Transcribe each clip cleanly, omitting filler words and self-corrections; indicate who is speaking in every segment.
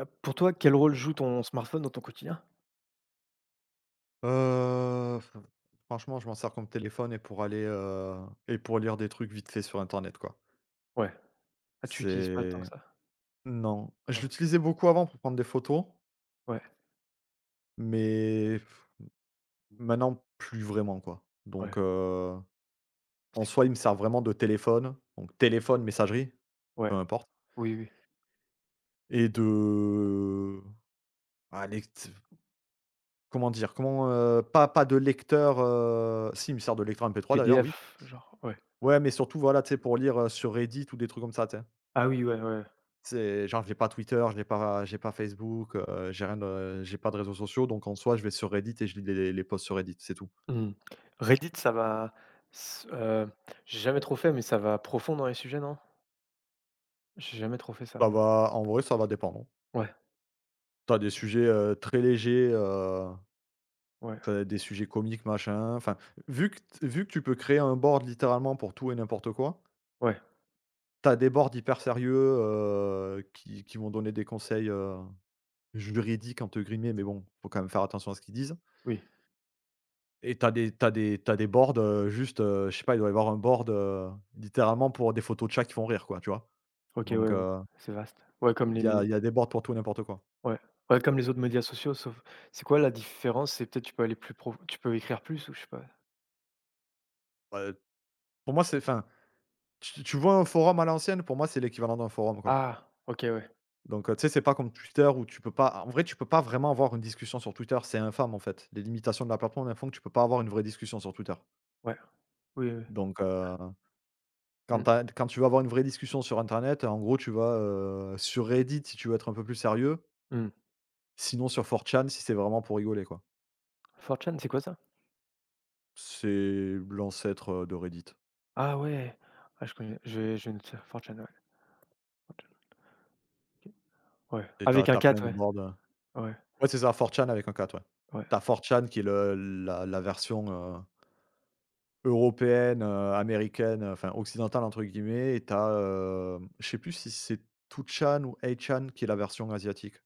Speaker 1: Pour toi, quel rôle joue ton smartphone dans ton quotidien?
Speaker 2: F Franchement, je m'en sers comme téléphone et pour lire des trucs vite fait sur internet, quoi.
Speaker 1: Ouais. Ah, tu utilises pas tant
Speaker 2: C'est
Speaker 1: que ça?
Speaker 2: Non, je
Speaker 1: Ouais,
Speaker 2: l'utilisais beaucoup avant pour prendre des photos,
Speaker 1: ouais,
Speaker 2: mais maintenant plus vraiment, quoi.
Speaker 1: ouais,
Speaker 2: Donc en soi, il me sert vraiment de téléphone, donc téléphone, messagerie, peu
Speaker 1: ouais.
Speaker 2: importe,
Speaker 1: Oui, oui.
Speaker 2: et de ah lect comment dire? Comment, pas de lecteur, si, il me sert de lecteur MP3 d'ailleurs, oui.
Speaker 1: PDF, genre, ouais.
Speaker 2: Ouais, mais surtout, voilà, tu sais, pour lire, sur Reddit ou des trucs comme ça, tu sais?
Speaker 1: Ah oui, ouais, ouais.
Speaker 2: C'est genre j'ai pas Twitter, j'ai pas Facebook, j'ai pas de réseaux sociaux, donc en soi, je vais sur Reddit et je lis les posts sur Reddit, c'est tout.
Speaker 1: Mmh. Reddit, ça va s j'ai jamais trop fait, mais ça va profond dans les sujets, non? J'ai jamais trop fait ça,
Speaker 2: Ça
Speaker 1: moi.
Speaker 2: va, en vrai, ça va dépendre.
Speaker 1: Ouais,
Speaker 2: T'as des sujets, très légers,
Speaker 1: ouais,
Speaker 2: ça des sujets comiques, machin, enfin, vu que tu peux créer un board littéralement pour tout et n'importe quoi,
Speaker 1: ouais,
Speaker 2: t'as des boards hyper sérieux, qui vont donner des conseils, juridiques entre guillemets, mais bon, faut quand même faire attention à ce qu'ils disent.
Speaker 1: oui.
Speaker 2: Et t'as des boards, juste, je sais pas, il doit y avoir un board, littéralement pour des photos de chats qui font rire, quoi, tu vois?
Speaker 1: OK, ouais,
Speaker 2: Donc
Speaker 1: ouais, c'est vaste. Ouais, comme
Speaker 2: il
Speaker 1: les
Speaker 2: y a
Speaker 1: mé
Speaker 2: il y a des boards pour tout et n'importe quoi.
Speaker 1: ouais, ouais, comme les autres médias sociaux, sauf, c'est quoi la différence? C'est peut-être tu peux aller plus prof tu peux écrire plus, ou je sais pas?
Speaker 2: Heu, pour moi, c'est enfin, tu vois un forum à l'ancienne, pour moi, c'est l'équivalent d'un forum, quoi.
Speaker 1: Ah! OK, ouais,
Speaker 2: Donc tu sais, c'est pas comme Twitter où tu peux pas, en vrai, tu peux pas vraiment avoir une discussion sur Twitter, c'est infâme, en fait. Les limitations de la plateforme font que tu peux pas avoir une vraie discussion sur Twitter.
Speaker 1: ouais. Oui, oui.
Speaker 2: Donc
Speaker 1: Mmh.
Speaker 2: quand tu veux avoir une vraie discussion sur internet, en gros, tu vas, sur Reddit si tu veux être un peu plus sérieux.
Speaker 1: Mmh.
Speaker 2: Sinon sur 4chan, si c'est vraiment pour rigoler, quoi.
Speaker 1: 4chan, c'est quoi ça?
Speaker 2: C'est l'ancêtre, de Reddit
Speaker 1: Ah ouais! Ah, je connais. Je une sœur 4chan, ouais. 4chan, ouais,
Speaker 2: et t'as
Speaker 1: avec un
Speaker 2: as plein
Speaker 1: 4,
Speaker 2: de
Speaker 1: ouais.
Speaker 2: boards,
Speaker 1: Ouais,
Speaker 2: ouais, c'est ça, 4chan avec un 4, ouais.
Speaker 1: ouais.
Speaker 2: Tu as chan qui est le, la version, européenne, américaine, enfin «occidentale» entre guillemets, et je sais plus si c'est 2chan ou 8chan qui est la version asiatique,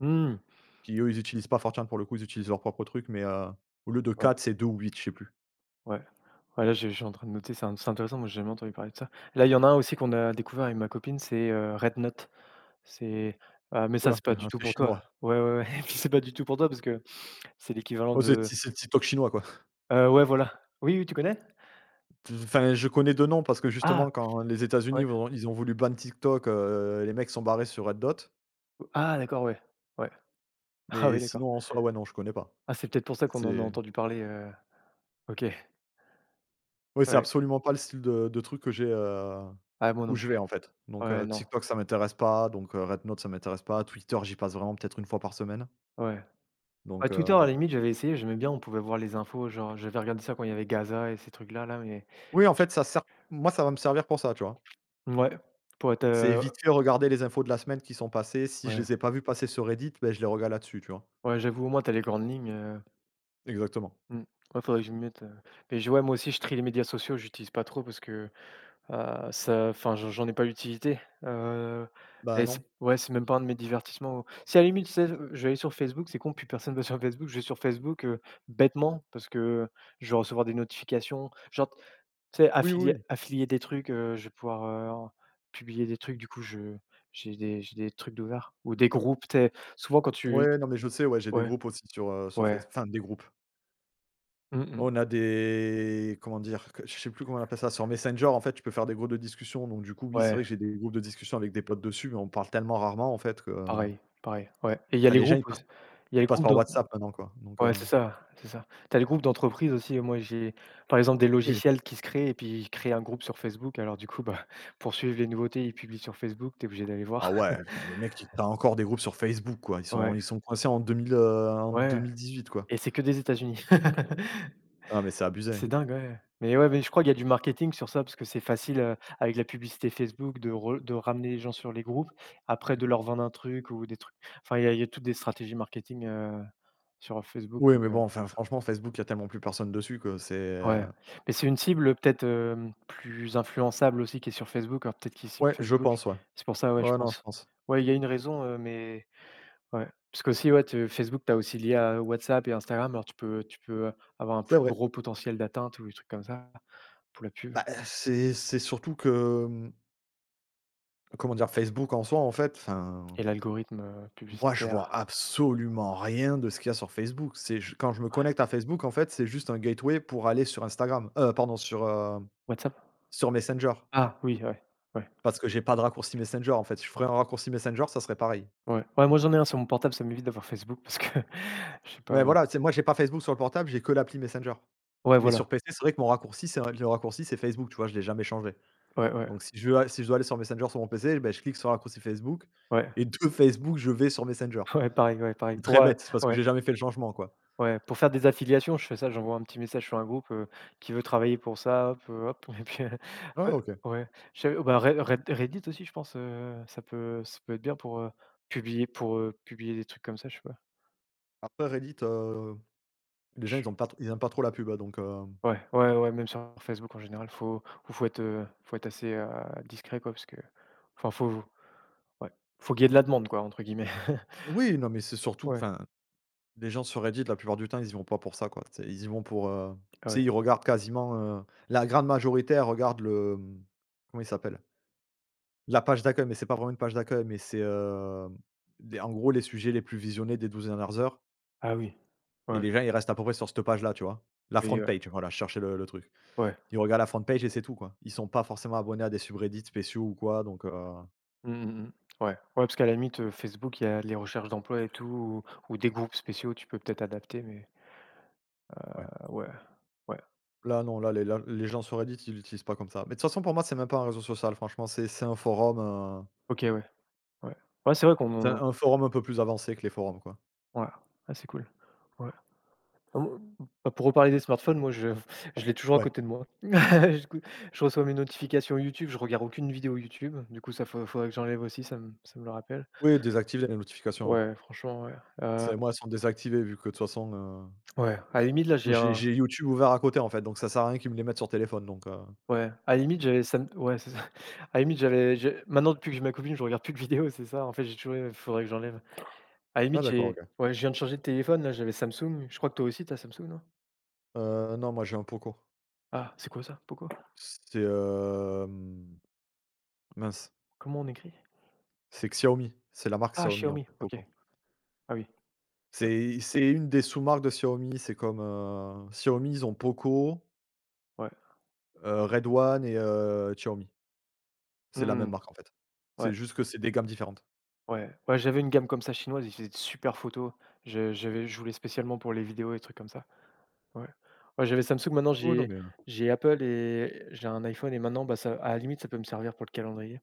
Speaker 1: Hmm.
Speaker 2: qui eux, ils utilisent pas 4chan pour le coup, ils utilisent leur propre truc, mais, au lieu de
Speaker 1: Ouais,
Speaker 2: 4, c'est 2 ou 8, je sais plus.
Speaker 1: ouais. Ouais, là, je suis en train de noter, c'est intéressant, moi j'ai jamais entendu parler de ça. Là, il y en a un aussi qu'on a découvert avec ma copine, c'est, Red Note. C'est Ah, mais
Speaker 2: Ouh
Speaker 1: ça, c'est pas
Speaker 2: ouais, hein,
Speaker 1: du tout
Speaker 2: c'est
Speaker 1: pour toi.
Speaker 2: chinois.
Speaker 1: Ouais, ouais, ouais, et puis c'est pas du tout pour toi parce que c'est l'équivalent
Speaker 2: Oh, c'est
Speaker 1: de.
Speaker 2: c'est TikTok chinois, quoi.
Speaker 1: Ouais, voilà. Oui, oui, tu connais?
Speaker 2: Enfin, je connais deux noms parce que
Speaker 1: Ah!
Speaker 2: justement quand les États-Unis
Speaker 1: Ouais.
Speaker 2: vont ils ont voulu ban TikTok, les mecs sont barrés sur Red Dot,
Speaker 1: Ah, d'accord, ouais. Ouais. Ah
Speaker 2: mais
Speaker 1: oui, d'accord.
Speaker 2: sinon en soi, ouais, non, je connais pas.
Speaker 1: Ah, c'est peut-être pour ça qu'on en a
Speaker 2: C'est
Speaker 1: entendu parler, OK.
Speaker 2: Ouais, c'est
Speaker 1: Ouais.
Speaker 2: absolument pas le style de truc que j'ai,
Speaker 1: Ah, moi
Speaker 2: où
Speaker 1: non
Speaker 2: je
Speaker 1: plus.
Speaker 2: vais en fait. Donc,
Speaker 1: Ouais, non.
Speaker 2: TikTok ça m'intéresse pas, donc, Red Note ça m'intéresse pas, Twitter j'y passe vraiment peut-être une fois par semaine.
Speaker 1: Ouais. À
Speaker 2: Donc,
Speaker 1: Twitter, à la limite, j'avais essayé, j'aimais bien, on pouvait voir les infos, genre, j'avais regardé ça quand il y avait Gaza et ces trucs-là, là, mais
Speaker 2: oui en
Speaker 1: j
Speaker 2: fait ça sert moi ça va me servir pour ça, tu vois?
Speaker 1: ouais, pour être,
Speaker 2: C'est vite fait regarder les infos de la semaine qui sont passées, si je
Speaker 1: ouais,
Speaker 2: les ai pas vues passer sur Reddit, beh, je les regarde là-dessus, tu vois?
Speaker 1: ouais, j'avoue, au moins, t'as les grandes lignes,
Speaker 2: Exactement.
Speaker 1: mmh, ouais, faudrait que je m'y mette, mais je ouais, moi aussi, je trie les médias sociaux, j'utilise pas trop parce que, ça, enfin, j'en ai pas l'utilité, heu
Speaker 2: Bah,
Speaker 1: et c'est,
Speaker 2: non.
Speaker 1: ouais, c'est même pas un de mes divertissements. Si, à la limite, tu sais, je vais aller sur Facebook, c'est con, plus personne va sur Facebook, je vais sur Facebook, bêtement parce que je vais recevoir des notifications. Genre, tu sais,
Speaker 2: Oui, oui,
Speaker 1: affilier
Speaker 2: oui.
Speaker 1: affilier des trucs, je vais pouvoir, en publier des trucs, du coup, je j'ai des trucs d'ouverts ou des groupes, tu sais? Souvent quand tu
Speaker 2: Ouais, non mais je sais, ouais, j'ai des
Speaker 1: Ouais,
Speaker 2: groupes aussi sur, sur
Speaker 1: ouais.
Speaker 2: Facebook, enfin des groupes.
Speaker 1: Mmh
Speaker 2: Oh,
Speaker 1: mh.
Speaker 2: on a des, comment dire? Que je sais plus comment on appelle ça, sur Messenger en fait, tu peux faire des groupes de discussion, donc du coup, oui, c'est
Speaker 1: Ouais,
Speaker 2: vrai que j'ai des groupes de discussion avec des potes dessus, mais on parle tellement rarement en fait que,
Speaker 1: pareil, pareil, ouais, et il y a
Speaker 2: bah,
Speaker 1: les
Speaker 2: les gens ils
Speaker 1: groupes
Speaker 2: passent
Speaker 1: aussi. Il y a
Speaker 2: ils
Speaker 1: les
Speaker 2: passent
Speaker 1: groupes
Speaker 2: par
Speaker 1: d'en
Speaker 2: WhatsApp maintenant, quoi, donc
Speaker 1: Ouais, c'est ça, c'est ça. Tu as les groupes d'entreprises aussi. Moi, j'ai, par exemple, des
Speaker 2: oui.
Speaker 1: logiciels qui se créent et puis ils créent un groupe sur Facebook, alors du coup, bah, pour suivre les nouveautés, ils publient sur Facebook, tu es obligé d'aller voir.
Speaker 2: Ah ouais, putain, les mecs ils tu encore des groupes sur Facebook, quoi, ils sont
Speaker 1: Ouais,
Speaker 2: ils sont coincés en 2000, en deux
Speaker 1: ouais,
Speaker 2: mille dix-huit quoi.
Speaker 1: et c'est que des États-Unis.
Speaker 2: Ah mais c'est abusé.
Speaker 1: C'est dingue, ouais. Mais ouais, mais je crois qu'il y a du marketing sur ça parce que c'est facile, avec la publicité Facebook de ramener les gens sur les groupes, après de leur vendre un truc ou des trucs, enfin il y a toutes des stratégies marketing, sur Facebook
Speaker 2: Oui
Speaker 1: donc
Speaker 2: mais bon, enfin franchement Facebook, il y a tellement plus personne dessus que c'est
Speaker 1: ouais. Mais c'est une cible peut-être, plus influençable aussi, qui est sur Facebook, alors peut-être qu'ils ciblent
Speaker 2: ouais, je
Speaker 1: Facebook.
Speaker 2: pense, ouais.
Speaker 1: C'est pour ça, ouais, je
Speaker 2: Ouais, non, je
Speaker 1: pense.
Speaker 2: pense.
Speaker 1: Ouais, il y a une raison, mais ouais. Parce qu'aussi, ouais, tu Facebook, tu as aussi lié à WhatsApp et Instagram, alors tu peux avoir un
Speaker 2: C'est
Speaker 1: plus
Speaker 2: vrai.
Speaker 1: gros potentiel d'atteinte ou des trucs comme ça pour la pub.
Speaker 2: Bah, c'est surtout que, mmh, comment dire? Facebook en soi, en fait, enfin,
Speaker 1: Et l'algorithme,
Speaker 2: moi, je vois
Speaker 1: publicitaire
Speaker 2: absolument rien de ce qu'il y a sur Facebook. C'est j Quand je me connecte à Facebook, en fait, c'est juste un gateway pour aller sur Instagram, pardon, sur, heu,
Speaker 1: WhatsApp?
Speaker 2: sur Messenger,
Speaker 1: Ah oui, ouais, ouais,
Speaker 2: parce que j'ai pas de raccourci Messenger, en fait. Si je ferais un raccourci Messenger, ça serait pareil.
Speaker 1: ouais, ouais, moi j'en ai un sur mon portable, ça m'évite d'avoir Facebook parce que je sais pas,
Speaker 2: Mais voilà, c'est moi, j'ai pas Facebook sur le portable, j'ai que l'appli Messenger.
Speaker 1: ouais,
Speaker 2: Mais sur
Speaker 1: voilà,
Speaker 2: PC, c'est vrai que mon raccourci, c'est le raccourci, c'est Facebook, tu vois? Je l'ai jamais changé.
Speaker 1: ouais, ouais,
Speaker 2: Donc si je dois aller sur Messenger sur mon PC, beh, je clique sur le raccourci Facebook,
Speaker 1: ouais,
Speaker 2: et de Facebook, je vais sur Messenger.
Speaker 1: ouais, pareil, ouais, pareil.
Speaker 2: C'est très bête, c'est parce que
Speaker 1: Ouais,
Speaker 2: j'ai jamais fait le changement, quoi.
Speaker 1: ouais, pour faire des affiliations, je fais ça, j'envoie un petit message sur un groupe, qui veut travailler pour ça, hop, hop, et puis,
Speaker 2: Ah
Speaker 1: ouais,
Speaker 2: OK.
Speaker 1: ouais, bah, Reddit aussi, je pense, ça peut être bien pour, publier des trucs comme ça, je sais pas.
Speaker 2: Après Reddit, les gens, ils aiment pas trop la pub, donc
Speaker 1: Ouais, ouais, ouais, même sur Facebook en général, faut ou faut être assez, discret quoi, parce que enfin faut ouais, faut qu'il y ait de la demande quoi, entre guillemets.
Speaker 2: oui, non, mais c'est surtout
Speaker 1: Ouais,
Speaker 2: enfin, les gens sur Reddit, la plupart du temps, ils y vont pas pour ça, quoi. Tu sais, ils y vont pour,
Speaker 1: ah
Speaker 2: tu
Speaker 1: ouais,
Speaker 2: sais, ils regardent quasiment, la grande majorité, elle regarde le, mmh, comment il s'appelle? La page d'accueil, mais c'est pas vraiment une page d'accueil, mais c'est, les en gros, les sujets les plus visionnés des 12 dernières heures,
Speaker 1: ah oui,
Speaker 2: et
Speaker 1: ouais,
Speaker 2: les gens, ils restent à peu près sur cette page-là, tu vois? La front
Speaker 1: oui. Ouais,
Speaker 2: page, voilà, je cherchais le truc.
Speaker 1: ouais,
Speaker 2: Ils regardent la front page et c'est tout, quoi. Ils sont pas forcément abonnés à des subreddits spéciaux ou quoi, donc
Speaker 1: mmh mh mh. Ouais, ouais, parce qu'à la limite, Facebook, il y a les recherches d'emploi et tout, ou des groupes spéciaux, tu peux peut-être adapter, mais,
Speaker 2: ouais.
Speaker 1: ouais, ouais,
Speaker 2: Là, non, là, les gens sur Reddit, ils l'utilisent pas comme ça. Mais de toute façon, pour moi, c'est même pas un réseau social, franchement, c'est un forum,
Speaker 1: OK, ouais, ouais. Ouais, c'est vrai
Speaker 2: c'est un,
Speaker 1: qu'on,
Speaker 2: forum un peu plus avancé que les forums, quoi.
Speaker 1: ouais, ah, c'est cool. Ouais. Ah moi, bah, pour reparler des smartphones, moi je je l'ai toujours à
Speaker 2: Ouais.
Speaker 1: côté de moi. Du coup, je reçois mes notifications YouTube, je regarde aucune vidéo YouTube. Du coup, ça faut faudrait que j'enlève aussi, ça me le rappelle.
Speaker 2: Oui, désactiver les notifications, ouais.
Speaker 1: Ouais, franchement, ouais, heu,
Speaker 2: C'est moi, elles sont désactivées vu que de toute façon,
Speaker 1: ouais, à la limite là,
Speaker 2: moi,
Speaker 1: j'ai
Speaker 2: j'ai
Speaker 1: un,
Speaker 2: j'ai YouTube ouvert à côté, en fait, donc ça sert à rien qu'ils me les mettent sur téléphone, donc heu,
Speaker 1: ouais, à la limite j'avais, ça me, ouais, c'est ça. À la limite, j'ai maintenant, depuis que j'ai ma copine, je regarde plus de vidéos, c'est ça. En fait, j'ai toujours, il faudrait que j'enlève. À la
Speaker 2: ah
Speaker 1: limite,
Speaker 2: d'accord,
Speaker 1: j'ai,
Speaker 2: OK.
Speaker 1: ouais, je viens de changer de téléphone là, j'avais Samsung. Je crois que toi aussi tu Samsung, non?
Speaker 2: Non, moi, j'ai un Poco.
Speaker 1: Ah, c'est quoi ça? Pourquoi?
Speaker 2: C'est, mince,
Speaker 1: Comment on écrit?
Speaker 2: c'est Xiaomi, c'est la marque
Speaker 1: Ah,
Speaker 2: Xiaomi, en
Speaker 1: Xiaomi,
Speaker 2: fait,
Speaker 1: OK.
Speaker 2: Poco.
Speaker 1: Ah oui, ouais,
Speaker 2: C'est une des sous-marques de Xiaomi, c'est comme, Xiaomi, ils ont Poco,
Speaker 1: ouais.
Speaker 2: Red One et Xiaomi. C'est la même
Speaker 1: Hmm.
Speaker 2: marque, en fait. C'est
Speaker 1: Ouais.
Speaker 2: juste que c'est des gammes différentes.
Speaker 1: Ouais, ouais, j'avais une gamme comme ça chinoise, ils faisaient de super photos. Je voulais spécialement pour les vidéos et trucs comme ça. Ouais. Ouais, j'avais Samsung, maintenant
Speaker 2: Oh non,
Speaker 1: j'ai
Speaker 2: mais, heu,
Speaker 1: j'ai Apple, et j'ai un iPhone, et maintenant, bah, ça, à la limite, ça peut me servir pour le calendrier.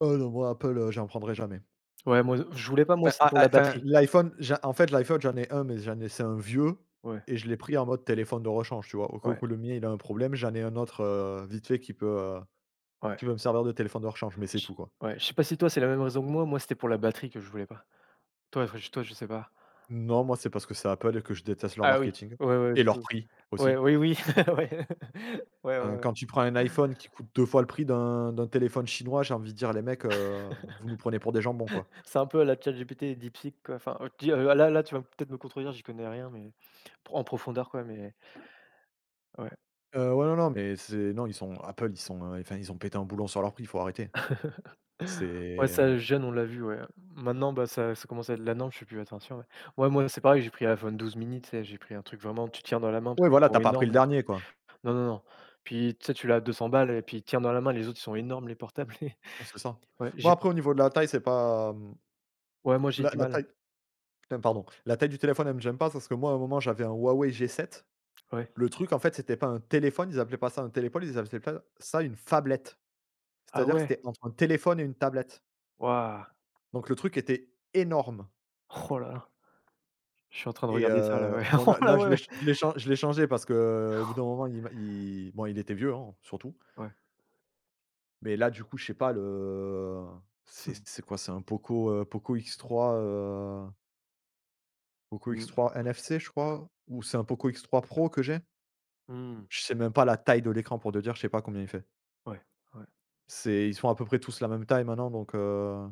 Speaker 2: oh non, moi, Apple, j'en prendrai jamais.
Speaker 1: Ouais, moi, je voulais pas, moi,
Speaker 2: Enfin,
Speaker 1: c'est pour
Speaker 2: a a
Speaker 1: la
Speaker 2: enfin,
Speaker 1: batterie.
Speaker 2: l'iPhone, j'en en fait, l'iPhone, j'en ai un, mais j'en ai c'est un vieux,
Speaker 1: Ouais,
Speaker 2: et je l'ai pris en mode téléphone de rechange, tu vois? Au cas
Speaker 1: ouais,
Speaker 2: où le mien, il a un problème, j'en ai un autre, vite fait
Speaker 1: ouais.
Speaker 2: qui peut me servir de téléphone de rechange, mais c'est
Speaker 1: Je
Speaker 2: tout, quoi.
Speaker 1: Ouais, je sais pas si toi, c'est la même raison que moi, moi, c'était pour la batterie que je voulais pas. Toi, enfin, je toi, je sais pas.
Speaker 2: Non, moi, c'est parce que c'est Apple et que je déteste leur
Speaker 1: Ah oui,
Speaker 2: marketing
Speaker 1: ouais, ouais,
Speaker 2: et
Speaker 1: du
Speaker 2: leur
Speaker 1: coup.
Speaker 2: prix,
Speaker 1: Ouais,
Speaker 2: aussi.
Speaker 1: oui, oui, ouais. Ouais, ouais,
Speaker 2: Enfin,
Speaker 1: ouais.
Speaker 2: quand tu prends un iPhone qui coûte 2 fois le prix d'un téléphone chinois, j'ai envie de dire: «Les mecs, vous nous prenez pour des jambons, quoi».
Speaker 1: C'est un peu à la ChatGPT et DeepSeek, quoi. Enfin, je dis, là, tu vas peut-être me contredire, j'y connais rien, mais pro en profondeur, quoi, mais ouais.
Speaker 2: Ouais, non, non, mais c'est Non, ils sont Apple, ils sont, enfin, ils ont pété un boulon sur leur prix, il faut arrêter.
Speaker 1: Ouais,
Speaker 2: C'est
Speaker 1: ça, jeune, on l'a vu, ouais. Maintenant, bah, ça commence à être la norme, je fais plus attention, ouais. Ouais, moi, c'est pareil, j'ai pris iPhone 12 mini, tu sais, j'ai pris un truc vraiment, tu tiens dans la main parce
Speaker 2: Ouais,
Speaker 1: qu'ils
Speaker 2: voilà,
Speaker 1: sont
Speaker 2: t'as pas pris
Speaker 1: énormes,
Speaker 2: le
Speaker 1: les trucs.
Speaker 2: dernier, quoi.
Speaker 1: Non, non, non. Puis, tu sais, tu l'as à 200 balles et puis tiens dans la main, les autres, ils sont énormes, les portables.
Speaker 2: Ouais, c'est ça.
Speaker 1: Ouais,
Speaker 2: Moi,
Speaker 1: j'ai,
Speaker 2: après, au niveau de la taille, c'est pas, mmh,
Speaker 1: ouais, moi, j'ai
Speaker 2: la
Speaker 1: du
Speaker 2: la
Speaker 1: mal.
Speaker 2: taille, putain, pardon, la taille du téléphone, elle me gêne pas, parce que moi, à un moment, j'avais un Huawei G7.
Speaker 1: Ouais.
Speaker 2: Le truc, en fait, c'était pas un téléphone, ils appelaient pas ça un téléphone, ils appelaient pas ça une phablette.
Speaker 1: Ah
Speaker 2: C'est-à-dire que
Speaker 1: ouais?
Speaker 2: c'était entre un téléphone et une tablette.
Speaker 1: Waouh!
Speaker 2: Donc le truc était énorme.
Speaker 1: Oh là là, je suis en train de
Speaker 2: Et
Speaker 1: regarder ça, là, ouais.
Speaker 2: bon,
Speaker 1: Oh
Speaker 2: là
Speaker 1: là,
Speaker 2: là je
Speaker 1: ouais,
Speaker 2: l'ai
Speaker 1: ouais.
Speaker 2: ch je l'ai chan je l'ai changé parce que au bout d'un moment il m'a il bon il était vieux, hein, surtout.
Speaker 1: Ouais.
Speaker 2: Mais là du coup je sais pas le, c'est quoi? C'est un Poco, Poco x trois Poco
Speaker 1: Mmh.
Speaker 2: X3 NFC, je crois? Ou c'est un Poco x trois Pro que j'ai?
Speaker 1: Mmh.
Speaker 2: Je sais même pas la taille de l'écran pour te dire, je sais pas combien il fait.
Speaker 1: Ouais, ouais,
Speaker 2: C'est ils sont à peu près tous la même taille maintenant, donc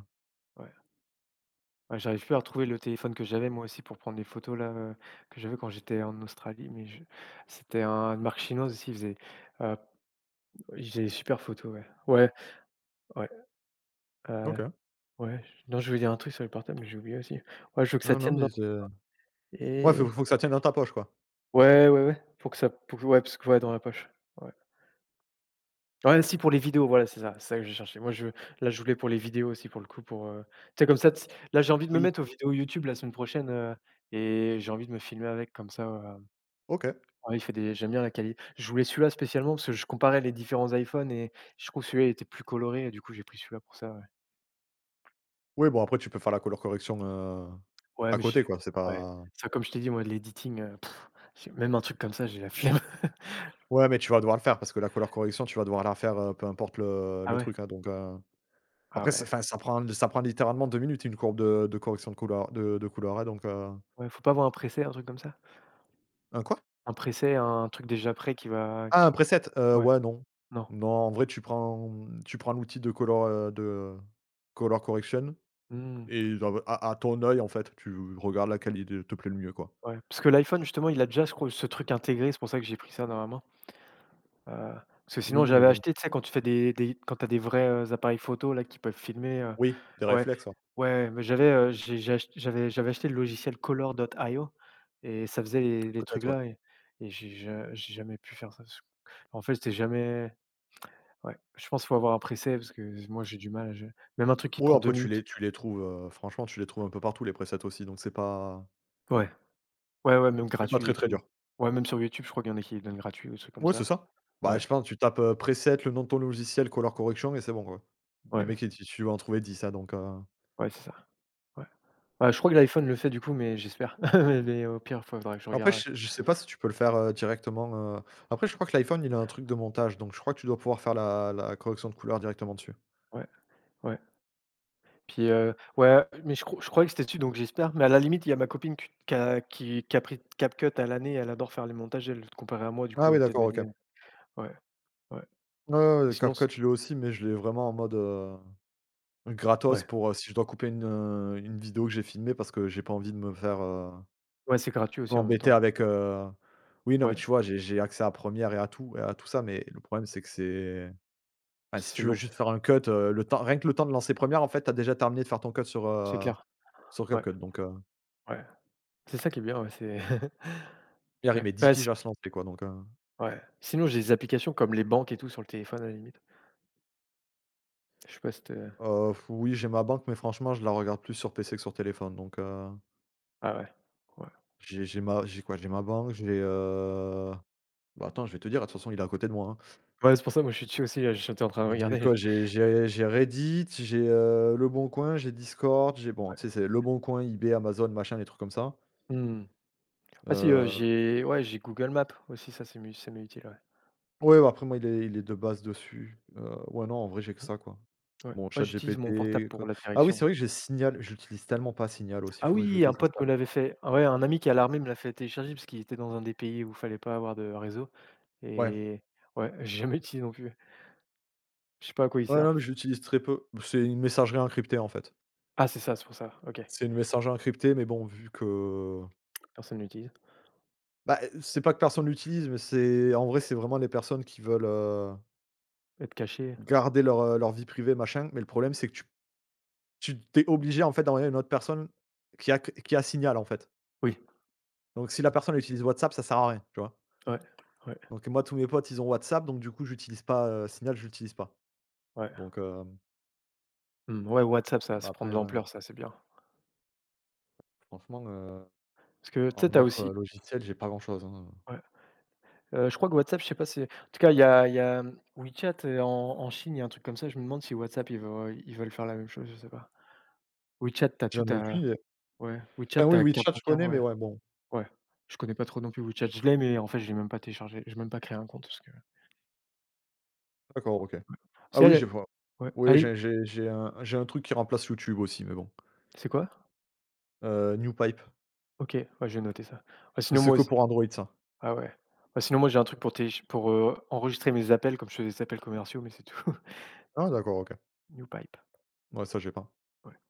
Speaker 1: ouais. Ouais, j'arrive plus à retrouver le téléphone que j'avais, moi aussi, pour prendre des photos là, que j'avais quand j'étais en Australie, mais je c'était un de marque chinoise aussi, heu, il faisait des super photos, ouais. Ouais, ouais, heu,
Speaker 2: OK.
Speaker 1: ouais, non, je voulais dire un truc sur le portable, mais j'ai oublié aussi. Ouais, je veux que ça
Speaker 2: Non, non,
Speaker 1: tienne dans,
Speaker 2: mais je ouais, faut
Speaker 1: et
Speaker 2: faut que ça tienne dans ta poche, quoi.
Speaker 1: ouais, ouais, ouais, pour que ça, pour que ouais, parce que, ouais, dans la poche. Ouais. Ouais, si pour les vidéos, voilà, c'est ça que j'ai cherché. Moi, je là, je voulais pour les vidéos aussi, pour le coup, pour, tu sais comme ça, tu là, j'ai envie de me
Speaker 2: Oui,
Speaker 1: mettre aux vidéos YouTube la semaine prochaine, et j'ai envie de me filmer avec comme ça,
Speaker 2: OK.
Speaker 1: ouais, il fait des j'aime bien la qualité, je voulais celui-là spécialement parce que je comparais les différents iPhones, et je trouve que celui-là était plus coloré, et du coup, j'ai pris celui-là pour ça, ouais.
Speaker 2: Oui, bon après tu peux faire la couleur correction,
Speaker 1: Ouais,
Speaker 2: à
Speaker 1: mais
Speaker 2: côté
Speaker 1: j'ai
Speaker 2: quoi, c'est
Speaker 1: ouais,
Speaker 2: pas.
Speaker 1: ça, comme je t'ai dit, moi, de l'editing, j'ai même un truc comme ça, j'ai la flemme.
Speaker 2: Ouais, mais tu vas devoir le faire parce que la couleur correction, tu vas devoir la faire, peu importe le
Speaker 1: Ah
Speaker 2: le
Speaker 1: ouais?
Speaker 2: truc, hein, donc
Speaker 1: Ah
Speaker 2: après ça,
Speaker 1: ouais.
Speaker 2: enfin ça prend littéralement 2 minutes, une courbe de correction de couleur de couleur, hein, donc heu.
Speaker 1: Ouais, faut pas avoir un preset, un truc comme ça?
Speaker 2: Un quoi?
Speaker 1: Un preset, un truc déjà prêt qui va,
Speaker 2: Ah, un
Speaker 1: qui,
Speaker 2: preset?
Speaker 1: ouais,
Speaker 2: Ouais, non.
Speaker 1: non.
Speaker 2: Non, en vrai tu prends, mmh, tu prends l'outil de color correction,
Speaker 1: Mmh.
Speaker 2: et genre à ton œil en fait, tu regardes laquelle il te plaît le mieux quoi.
Speaker 1: Ouais, parce que l'iPhone justement, il a déjà, je crois, ce truc intégré, c'est pour ça que j'ai pris ça dans ma main. Heu, Parce que sinon
Speaker 2: Oui, mais
Speaker 1: j'avais
Speaker 2: bon.
Speaker 1: acheté, tu sais, quand tu fais des quand t'as des vrais, appareils photo là qui peuvent filmer,
Speaker 2: Oui, des
Speaker 1: ouais,
Speaker 2: réflexes, ouais.
Speaker 1: ouais, mais j'avais, j'avais acheté le logiciel Color.io, et ça faisait les trucs
Speaker 2: Peut-être, ouais.
Speaker 1: là, et j'ai jamais pu faire ça. Parce qu'en fait, j'étais jamais, ouais, je pense qu'il faut avoir un preset parce que moi j'ai du mal, je même un truc qui te
Speaker 2: Ouais,
Speaker 1: prend 2
Speaker 2: après tu
Speaker 1: minutes.
Speaker 2: les tu les trouves, franchement tu les trouves un peu partout, les presets aussi, donc c'est pas,
Speaker 1: Ouais, ouais, ouais, même
Speaker 2: c'est pas
Speaker 1: gratuit
Speaker 2: très,
Speaker 1: et
Speaker 2: très
Speaker 1: tout.
Speaker 2: dur.
Speaker 1: Ouais, même sur YouTube, je crois qu'il y en a qui donnent gratuit ou des trucs comme
Speaker 2: Ouais, c'est
Speaker 1: ça.
Speaker 2: ça. Bah,
Speaker 1: Ouais,
Speaker 2: je pense tu tapes, preset, le nom de ton logiciel, color correction, et c'est bon, quoi. Les
Speaker 1: ouais.
Speaker 2: mecs, ils tu vas en trouver dix, hein, donc heu.
Speaker 1: Ouais, c'est ça. Ouais. Ouais, je crois que l'iPhone le fait du coup, mais j'espère. Mais au pire, faudrait que je
Speaker 2: Après,
Speaker 1: regarde,
Speaker 2: je
Speaker 1: ouais.
Speaker 2: sais je sais pas si tu peux le faire, directement, heu. Après, je crois que l'iPhone, il a un truc de montage, donc je crois que tu dois pouvoir faire la correction de couleur directement dessus.
Speaker 1: Ouais, ouais. Puis, ouais, mais je croyais que c'était dessus, donc j'espère. Mais à la limite, il y a ma copine q qui a qui qui a pris CapCut à l'année, elle adore faire les montages, elle, comparée à moi, du
Speaker 2: Ah
Speaker 1: coup, elle
Speaker 2: oui,
Speaker 1: va peut-être
Speaker 2: d'accord, OK.
Speaker 1: m'aider. Ouais, ouais.
Speaker 2: Ouais, ouais,
Speaker 1: Mais
Speaker 2: ouais,
Speaker 1: sinon, c
Speaker 2: CapCut, je l'ai aussi, mais je l'ai vraiment en mode, gratos
Speaker 1: ouais.
Speaker 2: pour, si je dois couper une vidéo que j'ai filmée, parce que j'ai pas envie de me faire,
Speaker 1: Ouais, c'est gratuit aussi en même
Speaker 2: m'embêter
Speaker 1: temps.
Speaker 2: avec, heu. Oui, non, mais
Speaker 1: Ouais,
Speaker 2: tu vois, j'ai accès à Première et à tout ça, mais le problème, c'est que c'est. Enfin, si
Speaker 1: c'est
Speaker 2: tu veux
Speaker 1: long,
Speaker 2: juste faire un cut, le temps, rien que le temps de lancer première, en fait, t'as déjà terminé de faire ton cut sur,
Speaker 1: c'est clair.
Speaker 2: sur
Speaker 1: Ouais,
Speaker 2: CapCut donc
Speaker 1: ouais. C'est ça qui est bien, ouais, c'est
Speaker 2: hier, il
Speaker 1: ouais,
Speaker 2: met 10
Speaker 1: ouais, si,
Speaker 2: piges à se lancer quoi, donc heu.
Speaker 1: ouais. Sinon, j'ai des applications comme les banques et tout sur le téléphone à la limite. Je sais pas si tu,
Speaker 2: Heu, oui, j'ai ma banque, mais franchement, je la regarde plus sur PC que sur téléphone, donc
Speaker 1: ah, ouais, ouais.
Speaker 2: j'ai ma j'ai quoi? J'ai ma banque, j'ai, bah, attends, je vais te dire, de toute façon, il est à côté de moi, hein.
Speaker 1: Ouais, c'est pour ça, moi, je suis dessus aussi, là, j'étais en train de
Speaker 2: J'ai
Speaker 1: regarder.
Speaker 2: quoi? J'ai Reddit, j'ai, le bon coin, j'ai Discord, j'ai bon, tu sais,
Speaker 1: Ouais.
Speaker 2: c'est le bon coin, eBay, Amazon, machin, des trucs comme ça,
Speaker 1: Mmh. Ah si,
Speaker 2: heu.
Speaker 1: j'ai ouais, j'ai Google Maps aussi, ça, c'est mu ça m'est utile, ouais.
Speaker 2: Ouais, bah, après moi il est de base dessus. Ouais non, en vrai j'ai que ça quoi.
Speaker 1: Mmh, ouais.
Speaker 2: Bon,
Speaker 1: Ouais, j'utilise mon portable
Speaker 2: ChatGPT,
Speaker 1: pour
Speaker 2: Code.
Speaker 1: la
Speaker 2: Ah oui,
Speaker 1: direction,
Speaker 2: c'est
Speaker 1: ouais.
Speaker 2: vrai que j'ai Signal, je l'utilise tellement pas, Signal aussi,
Speaker 1: Ah
Speaker 2: faudrait que je le
Speaker 1: oui, un pote
Speaker 2: désinstalle.
Speaker 1: me l'avait fait. Ah, ouais, un ami qui est à l'armée me l'a fait télécharger parce qu'il était dans un des pays où il fallait pas avoir de réseau,
Speaker 2: Ouais.
Speaker 1: et, ouais, j'ai jamais utilisé non plus. Je sais pas à quoi il
Speaker 2: Ouais, non
Speaker 1: sert.
Speaker 2: mais je l'utilise très peu. C'est une messagerie encryptée en fait.
Speaker 1: Ah, c'est ça, c'est pour ça, OK.
Speaker 2: C'est une messagerie encryptée, mais bon vu que,
Speaker 1: Personne l'utilise.
Speaker 2: bah, c'est pas que personne l'utilise, mais c'est, en vrai c'est vraiment les personnes qui veulent,
Speaker 1: Être caché.
Speaker 2: garder leur, leur vie privée machin, mais le problème c'est que tu t'es obligé en fait d'envoyer à une autre personne qui a Signal en fait.
Speaker 1: Oui,
Speaker 2: Donc si la personne utilise WhatsApp, ça sert à rien, tu vois?
Speaker 1: ouais, ouais,
Speaker 2: Donc moi, tous mes potes, ils ont WhatsApp, donc du coup, j'utilise pas, Signal, j'utilise pas.
Speaker 1: ouais.
Speaker 2: Donc hem,
Speaker 1: Mmh, ouais, WhatsApp, ça
Speaker 2: bah,
Speaker 1: ça prend
Speaker 2: après,
Speaker 1: de
Speaker 2: ouais,
Speaker 1: l'ampleur, ça, c'est bien.
Speaker 2: franchement,
Speaker 1: Parce que tu sais,
Speaker 2: en
Speaker 1: tu
Speaker 2: autre,
Speaker 1: aussi,
Speaker 2: logiciel, j'ai pas grand-chose, hein.
Speaker 1: ouais. Je crois que WhatsApp, je sais pas, c'est, en tout cas, il y a, mmh, WeChat, en Chine, il y a un truc comme ça. Je me demande si WhatsApp, ils veulent faire la même chose, je sais pas. WeChat, t'as tout
Speaker 2: J'en ai aucune
Speaker 1: à.
Speaker 2: idée.
Speaker 1: Ouais, WeChat,
Speaker 2: Enfin oui,
Speaker 1: t'as carte
Speaker 2: WeChat, je
Speaker 1: bancaire,
Speaker 2: connais, mais
Speaker 1: ouais,
Speaker 2: ouais, bon.
Speaker 1: ouais. Je connais pas trop non plus WeChat. Je l'ai, mais en fait, je l'ai même pas téléchargé. Je même pas créé un compte parce que
Speaker 2: D'accord, OK.
Speaker 1: si
Speaker 2: Ah oui, j'ai
Speaker 1: elle,
Speaker 2: vois.
Speaker 1: ouais,
Speaker 2: Oui,
Speaker 1: allez,
Speaker 2: j'ai un truc qui remplace YouTube aussi, mais bon.
Speaker 1: c'est quoi?
Speaker 2: NewPipe.
Speaker 1: OK, ouais, je vais noter ça. Ouais. Sinon,
Speaker 2: C'est
Speaker 1: moi
Speaker 2: que
Speaker 1: aussi,
Speaker 2: pour Android, ça.
Speaker 1: ah, ouais. Bah, sinon, moi, j'ai un truc pour enregistrer mes appels comme je fais des appels commerciaux, mais c'est tout.
Speaker 2: Ah d'accord, OK.
Speaker 1: New Pipe.
Speaker 2: Ouais, ça, j'ai pas.
Speaker 1: Ouais.